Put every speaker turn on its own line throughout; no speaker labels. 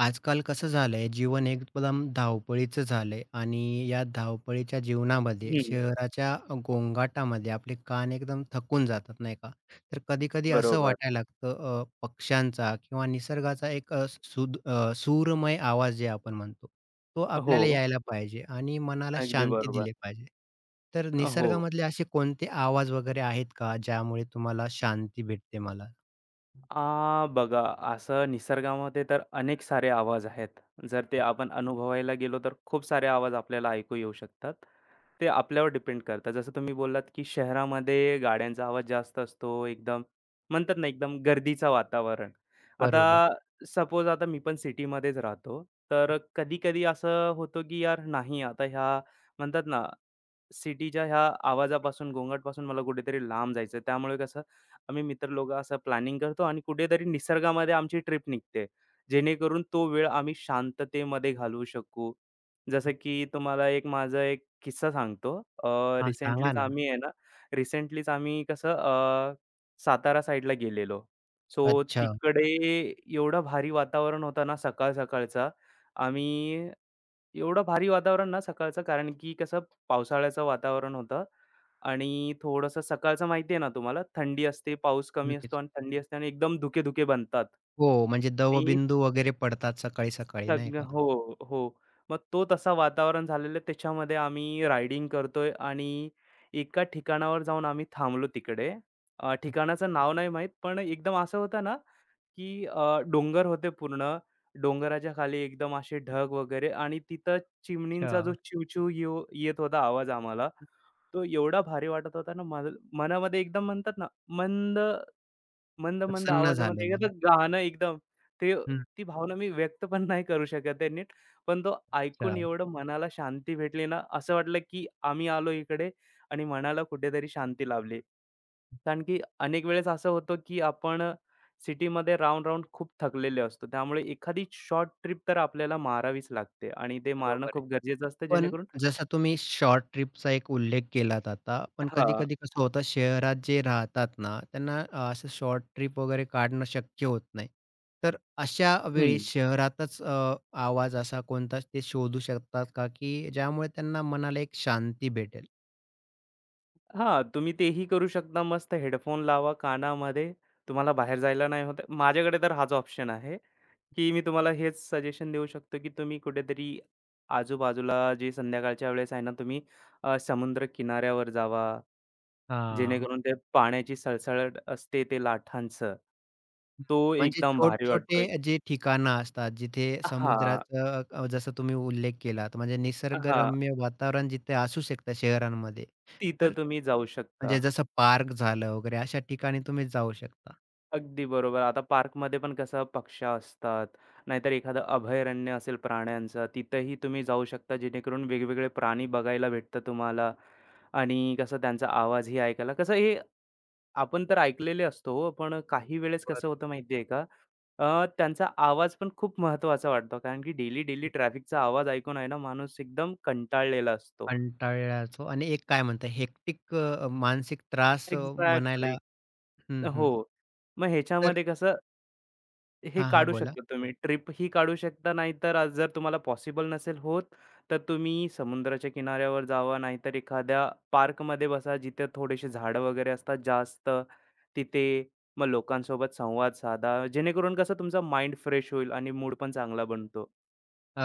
आजकाल कसं झालंय, जीवन एकदम धावपळीचं झालंय आणि या धावपळीच्या जीवनामध्ये
हं,
शहराच्या गोंगाटामध्ये आपले कान एकदम थकून जातात, नाही का? तर कधी-कधी असं
बरोबर.
वाटायला लागतं पक्ष्यांचा किंवा निसर्गाचा एक सूरमय आवाज जे आपण म्हणतो, तो आपल्याला
हो,
यायला पाहिजे आणि मनाला
अगदी
शांती
बरोबर.
दिली पाहिजे. तर
हो.
निसर्गामधले असे कोणते आवाज वगैरे आहेत का, ज्यामुळे तुम्हाला शांती भेटते मला?
बघा, असं निसर्गामध्ये तर अनेक सारे आवाज आहेत. जर ते आपण अनुभवायला गेलो तर खूप सारे आवाज आपल्याला ऐकू येऊ शकतात. ते आपल्यावर डिपेंड करतं. जसं तुम्ही बोललात, की शहरामध्ये गाड्यांचा आवाज जास्त असतो. एकदम म्हणतात ना, एकदम गर्दीचं वातावरण.
बरोबर.
आता सपोज आता मी पण सिटीमध्येच राहतो. तर कधी-कधी असं होतं, की यार नाही आता ह्या म्हणतात ना, सिटीच्या ह्या आवाजापासून, गोंगाटपासून मला कुठेतरी लांब जायचं, त्यामुळे कसं आम्ही मित्र लोकं असं प्लॅनिंग करतो आणि कुठेतरी निसर्गामध्ये आमची ट्रिप निघते. जेणेकरून तो वेळ आम्ही शांततेमध्ये घालवू शकू. जसं की तुम्हाला एक माझा एक किस्सा सांगतो.
हां, सांगा
रिसेंटलीच
ना.
आम्ही आहे ना, रिसेंटलीच आम्ही कसं सातारा साइडला गेलेलो. सो
अच्छा.
तिकडे एवढं भारी वातावरण होतं ना सकाळ सकाळचा. आम्ही एवढं भारी वातावरण ना सकाळचं, कारण की कसं पावसाळ्याचं वातावरण होतं आणि थोडंसं सकाळचं माहिती आहे ना तुम्हाला, थंडी असते, पाऊस कमी असतो
नक्कीच.
आणि थंडी असते आणि एकदम धुके-धुके बनतात.
हो, म्हणजे
आणि
दवबिंदू वगैरे पडतात सकाळी-सकाळी नाही
सगळं,
का?
हो, हो. मग तो तसा वातावरण झालेलं, त्याच्यामध्ये आम्ही रायडिंग करतोय आणि एका ठिकाणावर जाऊन आम्ही थांबलो तिकडे. ठिकाणाचं नाव नाही माहीत, पण एकदम असं होतं ना, की डोंगर होते पूर्ण. डोंगराच्या खाली एकदम असे ढग वगैरे आणि तिथं
अच्छा.
चिमणींचा जो चिवचिव येत होता आवाज आम्हाला, तो एवढा भारी वाटत होता ना, मला मनामध्ये एकदम म्हणतात ना, मंद मंद-मंद
प्रसन्न
आवाजामध्ये
झालं मन.
एकदम गाणं एकदम ते
हं.
ती भावना मी व्यक्त पण नाही करू शकत आहे नीट. पण तो
अच्छा.
ऐकून एवढं मनाला शांती भेटली ना, असं वाटलं की आम्ही आलो इकडे आणि मनाला कुठेतरी शांती लाभली. कारण की अनेक वेळेस असं होतं की आपण सिटीमध्ये राहून-राहून खूप थकलेले असतो. त्यामुळे एखादी शॉर्ट ट्रिप तर आपल्याला मारावीच लागते आणि ते मारणं
बरोबर आहे.
खूप गरजेचं असतं
पण
जेणेकरून
जसा तुम्ही शॉर्ट ट्रिपचा एक उल्लेख केलात आता, पण
हां.
कधी-कधी कसं होतं शहरात जे राहतात ना, त्यांना असं शॉर्ट ट्रिप वगैरे काढणं शक्य होत नाही. तर अशा वेळी
हं.
शहरातच आवाज असा कोणता ते शोधू शकतात का, की ज्यामुळे त्यांना मनाला एक शांती भेटेल?
हां, तुम्ही तेही करू शकता. मस्त हेडफोन लावा कानामध्ये. तुम्हाला बाहेर जायला नाही होत आहे. माझ्याकडे तर हाच ऑप्शन आहे, की मी तुम्हाला हेच सजेशन देऊ शकतो, की तुम्ही कुठेतरी आजूबाजूला जे संध्याकाळच्या वेळेस आहे ना, तुम्ही समुद्र किनाऱ्यावर जावा.
हां.
जेणेकरून ते पाण्याची सळसळट असते ते लाटांचं. तो
म्हणजे
एकदम भारी वाटतो
छोट-छोटे
एक.
जे ठिकाणं असतात, जिथे
हां,
समुद्राचं जसं तुम्ही उल्लेख केलात, म्हणजे
हां.
निसर्गरम्य वातावरण जिथे असू शकतं शहरांमध्ये.
तिथं
तर
तुम्ही जाऊ शकता.
म्हणजे जसं पार्क झालं वगैरे अशा ठिकाणी तुम्ही जाऊ शकता.
अगदी बरोबर. आता पार्कमध्ये पण कसं पक्ष्या असतात, नाहीतर एखादं अभयारण्य असेल प्राण्यांचं, तिथेही तुम्ही जाऊ शकता जेणेकरून वेगवेगळे प्राणी बघायला भेटतं तुम्हाला आणि कसं त्यांचा आवाजही ऐकायला कसं हे आपण तर ऐकलेले असतो हो, पण काही वेळेस कसं होतं
बरोबर.
माहिती आहे का, त्यांचा आवाज पण खूप महत्त्वाचा वाटतो. कारण की डेली ट्रॅफिकचा आवाज ऐकून आहे ना माणूस एकदम कंटाळलेला असतो.
कंटाळल्याचो आणि एक काय म्हणता हेक्टिक मानसिक त्रास म्हणायला
एक्झॅक्टली.
हं,
हो.
हं.
मग
तर
ह्याच्यामध्ये कसं हे
हां, हां.
काढू
बोला.
शकता तुम्ही. ट्रिप ही काढू शकता, नाहीतर जर तुम्हाला पॉसिबल नसेल होत, तर तुम्ही समुद्राच्या किनाऱ्यावर जावा, नाहीतर एखाद्या पार्कमध्ये बसा, जिथे थोडेसे झाडं वगैरे असतात जास्त. तिथे मग लोकांसोबत संवाद साधा, जेणेकरून कसं तुमचा माइंड फ्रेश होईल आणि मूड पण चांगला बनतो.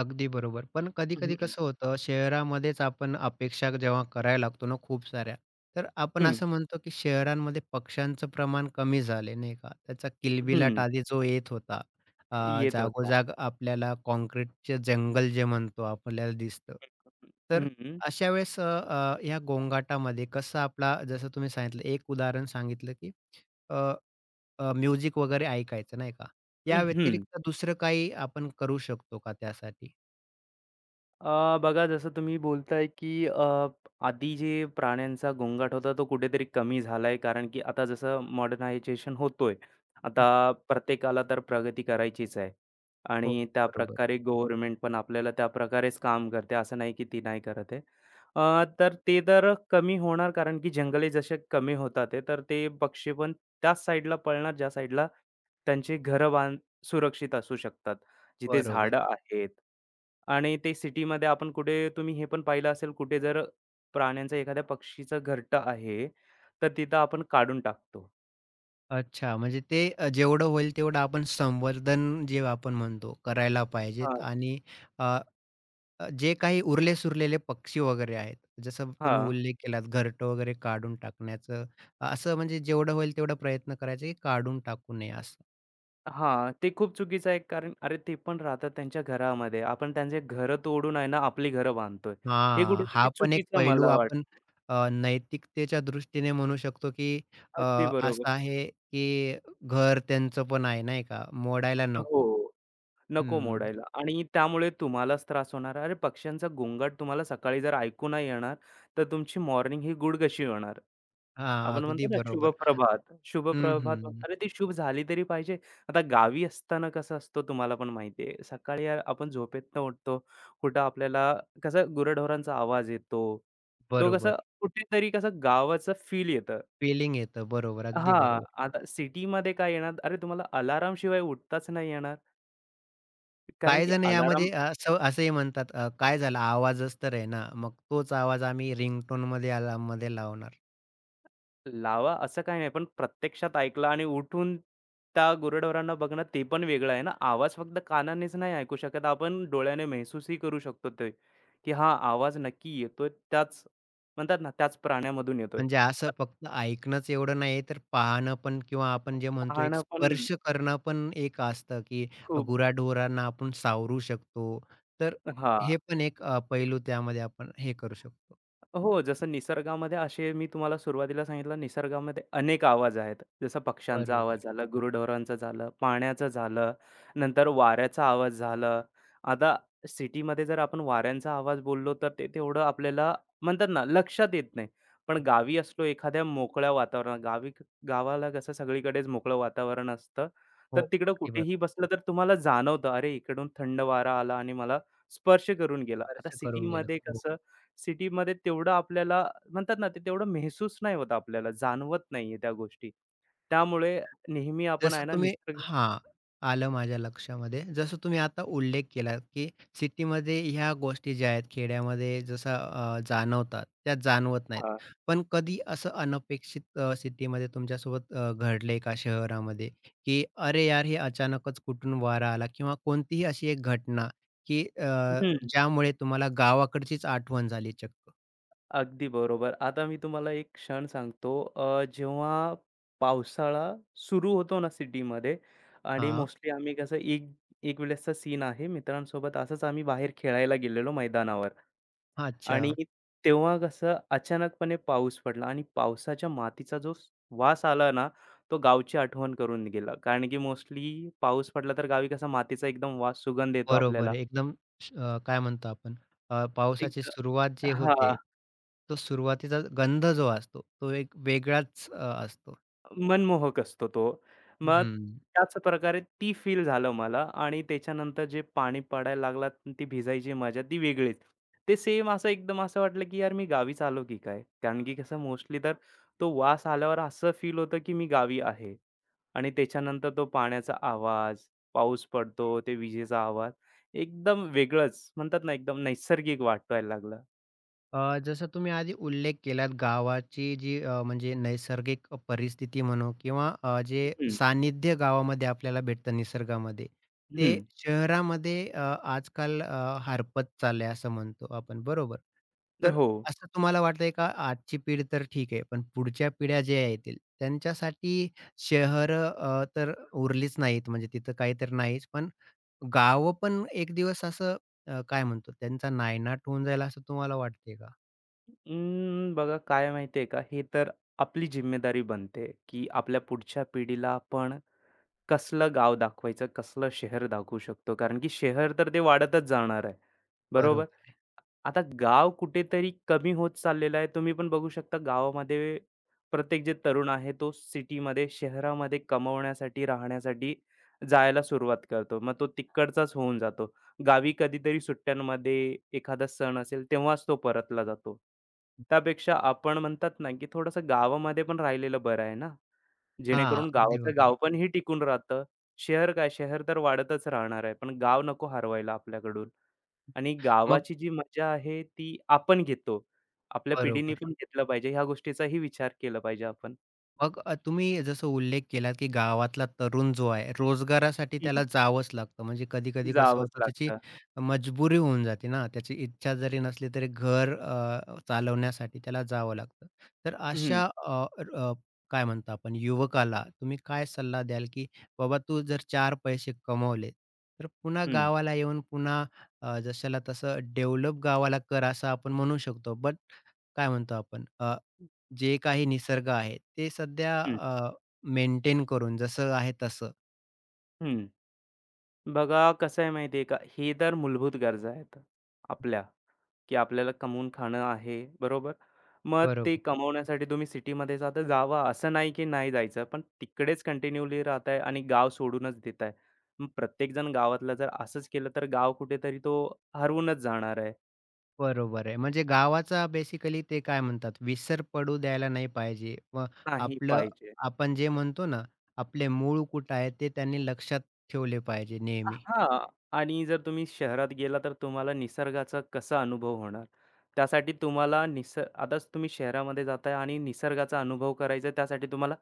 अगदी बरोबर. पण कधी-कधी हं.
हं,
कसं होतं, शहरामध्येच आपण अपेक्षा जेव्हा करायला लागतो ना खूप साऱ्या, तर आपण
हं,
असं म्हणतो की शहरांमध्ये पक्ष्यांचं प्रमाण कमी झाले, नाही का? त्याचा किलबिलाट
हं,
आधी जो येत होता,
येत होता.
जागोजाग आपल्याला काँक्रीटचे जंगल जे म्हणतो आपल्याला दिसतं. तर
हं,
अशा वेळेस अ, अ, ह्या गोंगाटामध्ये कसं आपला जसं तुम्ही सांगितलं एक उदाहरण सांगितलं की अ, अ, म्युझिक वगैरे ऐकायचं, नाही का? या
हं,
व्यतिरिक्त दुसरं काही आपण करू शकतो का त्यासाठी?
बघा जसं तुम्ही बोलताय, की आधी जे प्राण्यांचा गोंगाट होता तो कुठेतरी कमी झालाय कारण की आता जसं मॉडर्नायझेशन होतोय. आता प्रत्येकाला तर प्रगती करायचीच आहे
हो,
आणि त्या
बरोबर,
त्याप्रकारे गव्हर्नमेंट पण आपल्याला त्याप्रकारेच काम करते. असं नाही की ती नाही करत आहे. तर ते तर कमी होणार कारण की जंगले जसे कमी होतात आहे, तर ते पक्षी पण त्याच साईडला पळणार ज्या साईडला त्यांची घरं सुरक्षित असू शकतात. जिथे
बरोबर.
झाडं आहेत आणि ते सिटीमध्ये आपण कुठे तुम्ही हे पण पाहिलं असेल, कुठे जर प्राण्यांचा एखाद्या पक्षीचं घरटं आहे, तर तिथं आपण काढून टाकतो.
अच्छा, म्हणजे ते जेवढं होईल तेवढं आपण संवर्धन जे आपण म्हणतो करायला पाहिजेत
हां.
आणि अ, अ, जे काही उरले-सुरलेले पक्षी वगैरे आहेत, जसं तुम्ही
हां,
उल्लेख केलात घरटं वगैरे काढून टाकण्याचं, असं म्हणजे जेवढं होईल तेवढा प्रयत्न करायचा की काढून टाकू नये असं.
हां. ते खूप चुकीचं आहे कारण अरे ते पण राहतात त्यांच्या घरामध्ये. आपण त्यांचे घरं तोडून आहे ना आपली घरं बांधतोय. हे
हां,
कुठेतरी
हा पण एक
चुकीचं
पैलू
मला वाटतं.
आपण नैतिकतेच्या दृष्टीने म्हणू शकतो की अ,
अगदी
असं
बरोबर.
आहे की घर त्यांचं पण आहे नाही का, मोडायला नको.
हो. नको
हं.
मोडायला आणि त्यामुळे तुम्हालाच त्रास होणार. अरे, पक्ष्यांचा गोंगाट तुम्हाला सकाळी जर ऐकू नाही येणार, तर तुमची मॉर्निंग ही गुड कशी होणार?
हां,
आपण
अगदी
म्हणतो ना
बरोबर.
शुभप्रभात.
हं,
शुभप्रभात म्हणतो.
हं.
अरे, ती शुभ झाली तरी पाहिजे. आता गावी असताना कसं असतो तुम्हाला पण माहिती आहे. सकाळी यार आपण झोपेतनं उठतो. कुठं आपल्याला कसं गुराढोरांचा आवाज येतो. तो
बरोबर.
कसं कुठेतरी कसं गावाचं फील येतं.
फिलिंग येतं. बरोबर, अगदी
हां,
बरोबर.
आता सिटीमध्ये काय येणार? अरे, तुम्हाला अलार्मशिवाय उठताच नाही येणार. कारण
काही
की
जण
अलार्म
यामध्ये असं असंही म्हणतात, काय झालं आवाजच तर आहे ना, मग तोच आवाज आम्ही रिंगटोनमध्ये याला मध्ये लावणार.
लावा असं काही नाही, पण प्रत्यक्षात ऐकला आणि उठून त्या गुरेढोरांना बघणं ते पण वेगळं आहे ना. आवाज फक्त कानानेच नाही ऐकू शकत, आपण डोळ्याने महसूसही करू शकतो ते, की हा आवाज नक्की येतोय त्याच म्हणतात ना, त्याच प्राण्यामधून येतोय.
म्हणजे
तर
असं फक्त ऐकणंच एवढं नाही, तर पाहणं पण किंवा आपण जे म्हणतो एक
पाहणं पण
स्पर्श करणं पण एक असतं, की
खूप.
गुराढोरांना आपण सावरू शकतो. तर
हां.
हे पण एक पैलू त्यामध्ये आपण हे करू शकतो.
हो, जसं निसर्गामध्ये असे मी तुम्हाला सुरुवातीला सांगितलं निसर्गामध्ये अनेक आवाज आहेत. जसं पक्ष्यांचा आवाज
बरोबर.
झाला, गुरेढोरांचा झालं, पाण्याचं झालं, नंतर वाऱ्याचा आवाज झाला. आता सिटीमध्ये जर आपण वाऱ्यांचा आवाज बोललो तर ते तेवढं आपल्याला म्हणतात ना लक्षात येत नाही. पण गावी असलो एखाद्या मोकळ्या वातावरणात गावाला कसं सगळीकडेच मोकळं वातावरण असतं.
हो,
तर तिकडं
अगदी बरोबर.
कुठेही बसलं तर तुम्हाला जाणवतं, अरे इकडून थंड वारा आला आणि मला स्पर्श करून गेला. आता
स्पर्श करून गेलं.
सिटीमध्ये
हो.
कसं सिटीमध्ये तेवढं आपल्याला म्हणतात ना, ते तेवढं महसूस नाही होत आपल्याला, जाणवत नाहीये त्या गोष्टी. त्यामुळे नेहमी आपण आहे
जसं
ना
तुम्ही
निसर्ग,
हां, आलं माझ्या लक्षामध्ये. जसं तुम्ही आता उल्लेख केला, की सिटीमध्ये ह्या गोष्टी ज्या आहेत खेड्यामध्ये जसं जाणवतात, त्या जाणवत नाहीत.
हां.
पण कधी असं अनपेक्षित सिटीमध्ये तुमच्यासोबत घडलंय का शहरामध्ये, की "अरे यार, हे अचानकच कुठून वारा आला?" किंवा कोणतीही अशी एक घटना, की
हं,
ज्यामुळे तुम्हाला गावाकडचीच आठवण झाली चक्क?
अगदी बरोबर. आता मी तुम्हाला एक क्षण सांगतो. जेव्हा पावसाळा सुरू होतो ना सिटीमध्ये आणि
हां,
मोस्टली आम्ही कसं एक एक वेळेसचा सीन आहे. मित्रांसोबत असंच आम्ही बाहेर खेळायला गेलेलो मैदानावर.
अच्छा.
आणि तेव्हा कसं अचानकपणे पाऊस पडला आणि पावसाच्या मातीचा जो वास आला ना, तो गावची आठवण करून गेला. कारण की मोस्टली पाऊस पडला तर गावी कसा मातीचा एकदम वास सुगंध येतो
बरोबर
आपल्याला.
आहे. एकदम काय म्हणतो आपण पावसाची
एक,
सुरुवात जी होते,
हां.
तो सुरुवातीचा गंध जो असतो, तो एक वेगळाच असतो.
मनमोहक असतो तो. मग
हं.
त्याच प्रकारे ती फील झालं मला आणि त्याच्यानंतर जे पाणी पडायला लागला, ती भिजायची मजा ती वेगळीच. ते सेम असं एकदम असं वाटलं, की यार मी गावीच आलो की काय? कारण की कसं मोस्टली तर तो वास आल्यावर असं फील होतं, की मी गावी आहे. आणि त्याच्यानंतर तो पाण्याचा आवाज, पाऊस पडतो, ते विजेचा आवाज एकदम वेगळंच म्हणतात ना एकदम नैसर्गिक वाटायला लागलं.
जसं तुम्ही आधी उल्लेख केलात गावाची जी म्हणजे नैसर्गिक परिस्थिती म्हणू किंवा जे
हं,
सान्निध्य गावामध्ये आपल्याला भेटतं निसर्गामध्ये, ते
हं.
शहरामध्ये आजकाल हरपत चाललंय असं म्हणतो आपण, बरोबर? तर
हो.
असं तुम्हाला वाटतंय का आजची पिढी तर ठीक आहे, पण पुढच्या पिढ्या ज्या येतील त्यांच्यासाठी शहरं तर उरलीच नाहीत म्हणजे तिथं काही तर नाहीच, पण गावं पण एक दिवस असं काय म्हणतो त्यांचा नायनाट होऊन जाईल असं तुम्हाला वाटतंय का?
बघा काय माहिती आहे का, हे तर आपली जिम्मेदारी बनते, की आपल्या पुढच्या पिढीला आपण कसलं गाव दाखवायचं, कसलं शहर दाखवू शकतो. कारण की शहर तर ते वाढतच जाणार आहे, बरोबर?
बरोबर.
आता गाव कुठेतरी कमी होत चाललेलं आहे. तुम्ही पण बघू शकता गावामध्ये प्रत्येक जे तरुण आहे तो सिटीमध्ये, शहरामध्ये कमवण्यासाठी, राहण्यासाठी जायला सुरुवात करतो. मग तो तिकडचाच होऊन जातो. गावी कधीतरी सुट्ट्यांमध्ये एखादा सण असेल तेव्हाच तो परतला जातो. त्यापेक्षा आपण म्हणतात ना, की थोडंसं गावामध्ये पण राहिलेलं बरं आहे ना,
हां,
जेणेकरून
अगदी
गावाचं
बरोबर.
गावपण हे टिकून राहतं. शहर काय, शहर तर वाढतच राहणार आहे, पण गाव नको हरवायला आपल्याकडून. आणि
मग
गावाची जी मजा आहे ती आपण घेतो. आपल्या पिढीने
बरोबर.
पण घेतलं पाहिजे. ह्या गोष्टीचाही विचार केला पाहिजे आपण.
मग तुम्ही जसं उल्लेख केलात, की गावातला तरुण जो आहे, रोजगारासाठी
हं,
त्याला जावंच लागतं. म्हणजे कधी-कधी कसं
जावंच
होतं, त्याची
लागतं.
मजबुरी होऊन जाते ना, त्याची इच्छा जरी नसली तरी घर चालवण्यासाठी त्याला जावं लागतं. तर
हं,
अशा अ, अ, काय म्हणतो आपण, युवकाला तुम्ही काय सल्ला द्याल, की बाबा तू जर 4 पैसे कमवले, तर पुन्हा
हं,
गावाला येऊन पुन्हा जशाला तसं डेव्हलप गावाला कर असं आपण म्हणू शकतो. बट काय म्हणतो आपण जे काही निसर्ग आहे, ते सध्या
हं,
मेंटेन करून जसं आहे तसं.
हं. बघा कसं आहे माहिती आहे का, हे तर मूलभूत गरजा आहेत आपल्या, की आपल्याला कमवून खाणं आहे, बरोबर? मग ते
बरोबर.
कमवण्यासाठी तुम्ही सिटीमध्ये जाता जावा, असं नाही की नाही जायचं. पण तिकडेच कंटिन्यूली राहताय आणि गाव सोडूनच देताय. मग प्रत्येकजण गावातला जर असंच केलं तर गाव कुठेतरी तो हरवूनच जाणार आहे.
बरोबर आहे. म्हणजे गावाचा बेसिकली ते काय म्हणतात, विसर पडू द्यायला नाही पाहिजे. व
नाही
आपलं
पाहिजे.
आपण जे म्हणतो ना, आपले मूळ कुठे आहे, ते त्यांनी लक्षात ठेवले पाहिजे नेहमी.
हां. आणि जर तुम्ही शहरात गेला तर तुम्हाला निसर्गाचा कसा अनुभव होणार? त्यासाठी तुम्हाला आताच तुम्ही शहरामध्ये जाताय आणि निसर्गाचा अनुभव करायचा आहे त्यासाठी तुम्हाला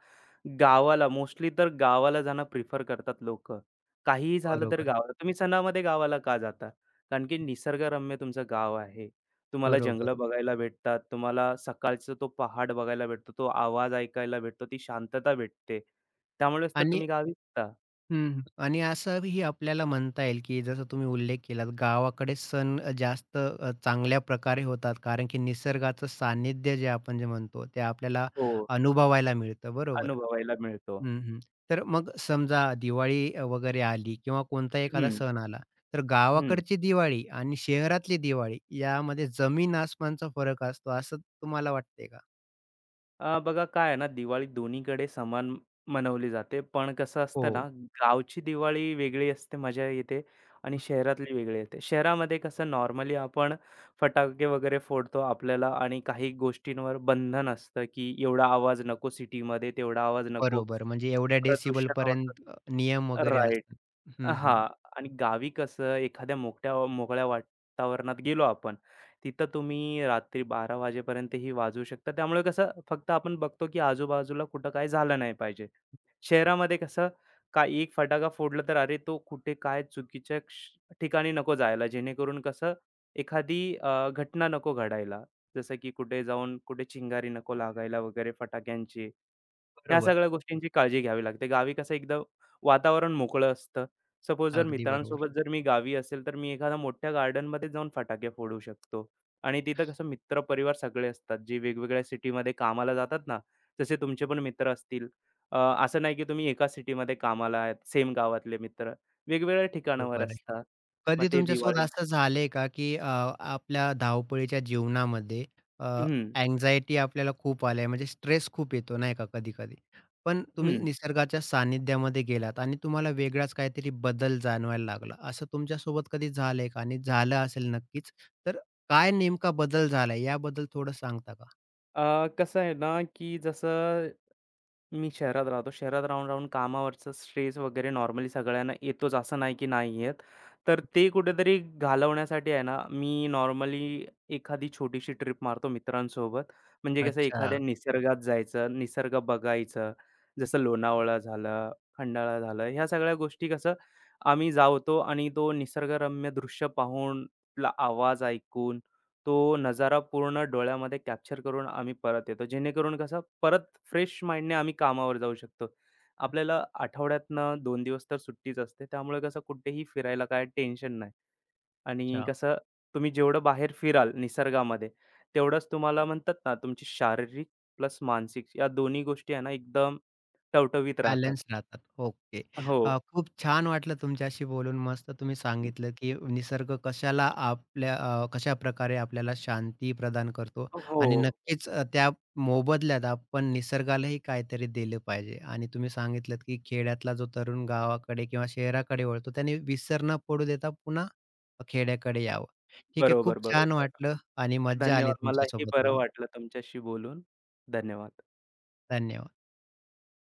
गावाला, मोस्टली तर गावाला जाणं प्रिफर करतात लोकं. काहीही झालं तर
बरोबर,
गावाला. तुम्ही सणामध्ये गावाला का जाता? कारण की निसर्गरम्य तुमचं गाव आहे. तुम्हाला
बरोबर.
जंगलं बघायला भेटतात. तुम्हाला सकाळचा तो पहाड बघायला भेटतो. तो आवाज ऐकायला भेटतो. ती शांतता भेटते. त्यामुळेच तर
आणि
तुम्ही गावी जाता.
हं. आणि असंही आपल्याला म्हणता येईल, की जसं तुम्ही उल्लेख केला गावाकडे सण जास्त चांगल्या प्रकारे होतात. कारण की निसर्गाचं सानिध्य जे आपण जे म्हणतो, ते आपल्याला
हो.
अनुभवायला मिळतं, बरोबर?
अनुभवायला मिळतो.
हं, हं. तर मग समजा दिवाळी वगैरे आली किंवा कोणता एखादा
हं,
सण आला, तर
हं.
गावाकडची दिवाळी आणि शहरातली दिवाळी यामध्ये जमीन आसमानचा फरक असतो, असं तुम्हाला वाटतंय का?
बघा काय आहे ना, दिवाळी दोन्हीकडे समान मनवली जाते. पण कसं असतं
हो,
ना, गावची दिवाळी वेगळी असते, मजा येते आणि शहरातली वेगळी येते. शहरामध्ये कसं नॉर्मली आपण फटाके वगैरे फोडतो आपल्याला आणि काही गोष्टींवर बंधन असतं, की एवढा आवाज नको सिटीमध्ये, तेवढा आवाज नको,
बरोबर. म्हणजे एवढ्या
प्रदूषण होतं.
डेसिबलपर्यंत नियम वगैरे असतात. हं, हं.
हां. आणि गावी कसं एखाद्या मोकट्या मोकळ्या वातावरणात गेलो आपण, तिथं तुम्ही रात्री 12 वाजेपर्यंतही वाजवू शकता. त्यामुळे कसं फक्त आपण बघतो, की आजूबाजूला कुठं काय झालं नाही पाहिजे. शहरामध्ये कसं का एक फटाका फोडला तर अरे, तो कुठे काय चुकीच्या ठिकाणी नको जायला. जेणेकरून कसं एखादी घटना नको घडायला. जसं की कुठे जाऊन कुठे चिंगारी नको लागायला वगैरे फटाक्यांची. ह्या
बरोबर.
सगळ्या गोष्टींची काळजी घ्यावी लागते. गावी कसं एकदा वातावरण मोकळं असतं. सपोज जर
अगदी बरोबर.
मित्रांसोबत जर मी गावी असेल, तर मी एखाद्या मोठ्या गार्डनमध्ये जाऊन फटाके फोडू शकतो आणि तिथं कसं मित्रपरिवार सगळे असतात, जे वेगवेगळ्या सिटीमध्ये कामाला जातात ना, जसे तुमचे पण मित्र असतील. अ, असं नाही की तुम्ही एका सिटीमध्ये कामाला आहेत, सेम गावातले मित्र. वेगवेगळ्या ठिकाणावर
बरोबर आहे.
असतात. मग
कधी
ते
तुमच्यासोबत
दिवाळी.
असं झालंय का, की आपल्या धावपळीच्या जीवनामध्ये अ,
हं,
अँक्झायटी आपल्याला खूप आली आहे, म्हणजे स्ट्रेस खूप येतो नाही का कधी-कधी. पण तुम्ही
हं.
निसर्गाच्या सानिध्यामध्ये गेलात आणि तुम्हाला वेगळाच काहीतरी बदल जाणवायला लागला. असं तुमच्यासोबत कधी झालंय का? आणि झालं असेल नक्कीच, तर काय नेमका बदल झालाय याबद्दल थोडं सांगता का?
कसं आहे ना, की जसं मी शहरात राहतो. शहरात राहून-राहून कामावरचा स्ट्रेस वगैरे नॉर्मली सगळ्यांना येतोच असं नाही की नाही येत. तर ते कुठेतरी घालवण्यासाठी आहे ना, मी नॉर्मली एखादी छोटीशी ट्रिप मारतो मित्रांसोबत. म्हणजे कसं एखाद्या
अच्छा.
निसर्गात जायचं, निसर्ग बघायचं. जसं लोणावळा झालं, खंडाळा झालं, ह्या सगळ्या गोष्टी कसं आम्ही जातो आणि तो निसर्गरम्य दृश्य पाहून, आपला आवाज ऐकून, तो नजारा पूर्ण डोळ्यामध्ये कॅप्चर करून आम्ही परत येतो. जेणेकरून कसं परत फ्रेश माइंडने आम्ही कामावर जाऊ शकतो. आपल्याला आठवड्यातनं 2 दिवस तर सुट्टीच असते. त्यामुळे कसं कुठेही फिरायला काय टेन्शन नाही आणि
अच्छा.
कसं तुम्ही जेवढं बाहेर फिराल निसर्गामध्ये, तेवढंच तुम्हाला म्हणतात ना, तुमची शारीरिक प्लस मानसिक या दोन्ही गोष्टी आहे ना एकदम टवटवीत राहतात.
बॅलन्स राहतात. ओके.
हो.
खूप छान वाटलं तुमच्याशी बोलून. मस्त तुम्ही सांगितलं, की निसर्ग कशाला आपल्या कशाप्रकारे आपल्याला शांती प्रदान करतो
हो.
आणि नक्कीच त्या मोबदल्यात आपण निसर्गालाही काहीतरी दिलं पाहिजे आणि तुम्ही सांगितलंत, की खेड्यातला जो तरुण गावाकडे किंवा शहराकडे वळतो त्याने विसर न पडू देता पुन्हा खेड्याकडे यावं. ठीक आहे. खूप
बरोबर,
छान
बरोबर.
वाटलं आणि मज्जा आली
धन्यवाद. मलाही
तुमच्यासोबत
बरं
बोलून.
वाटलं तुमच्याशी बोलून. धन्यवाद.
धन्यवाद.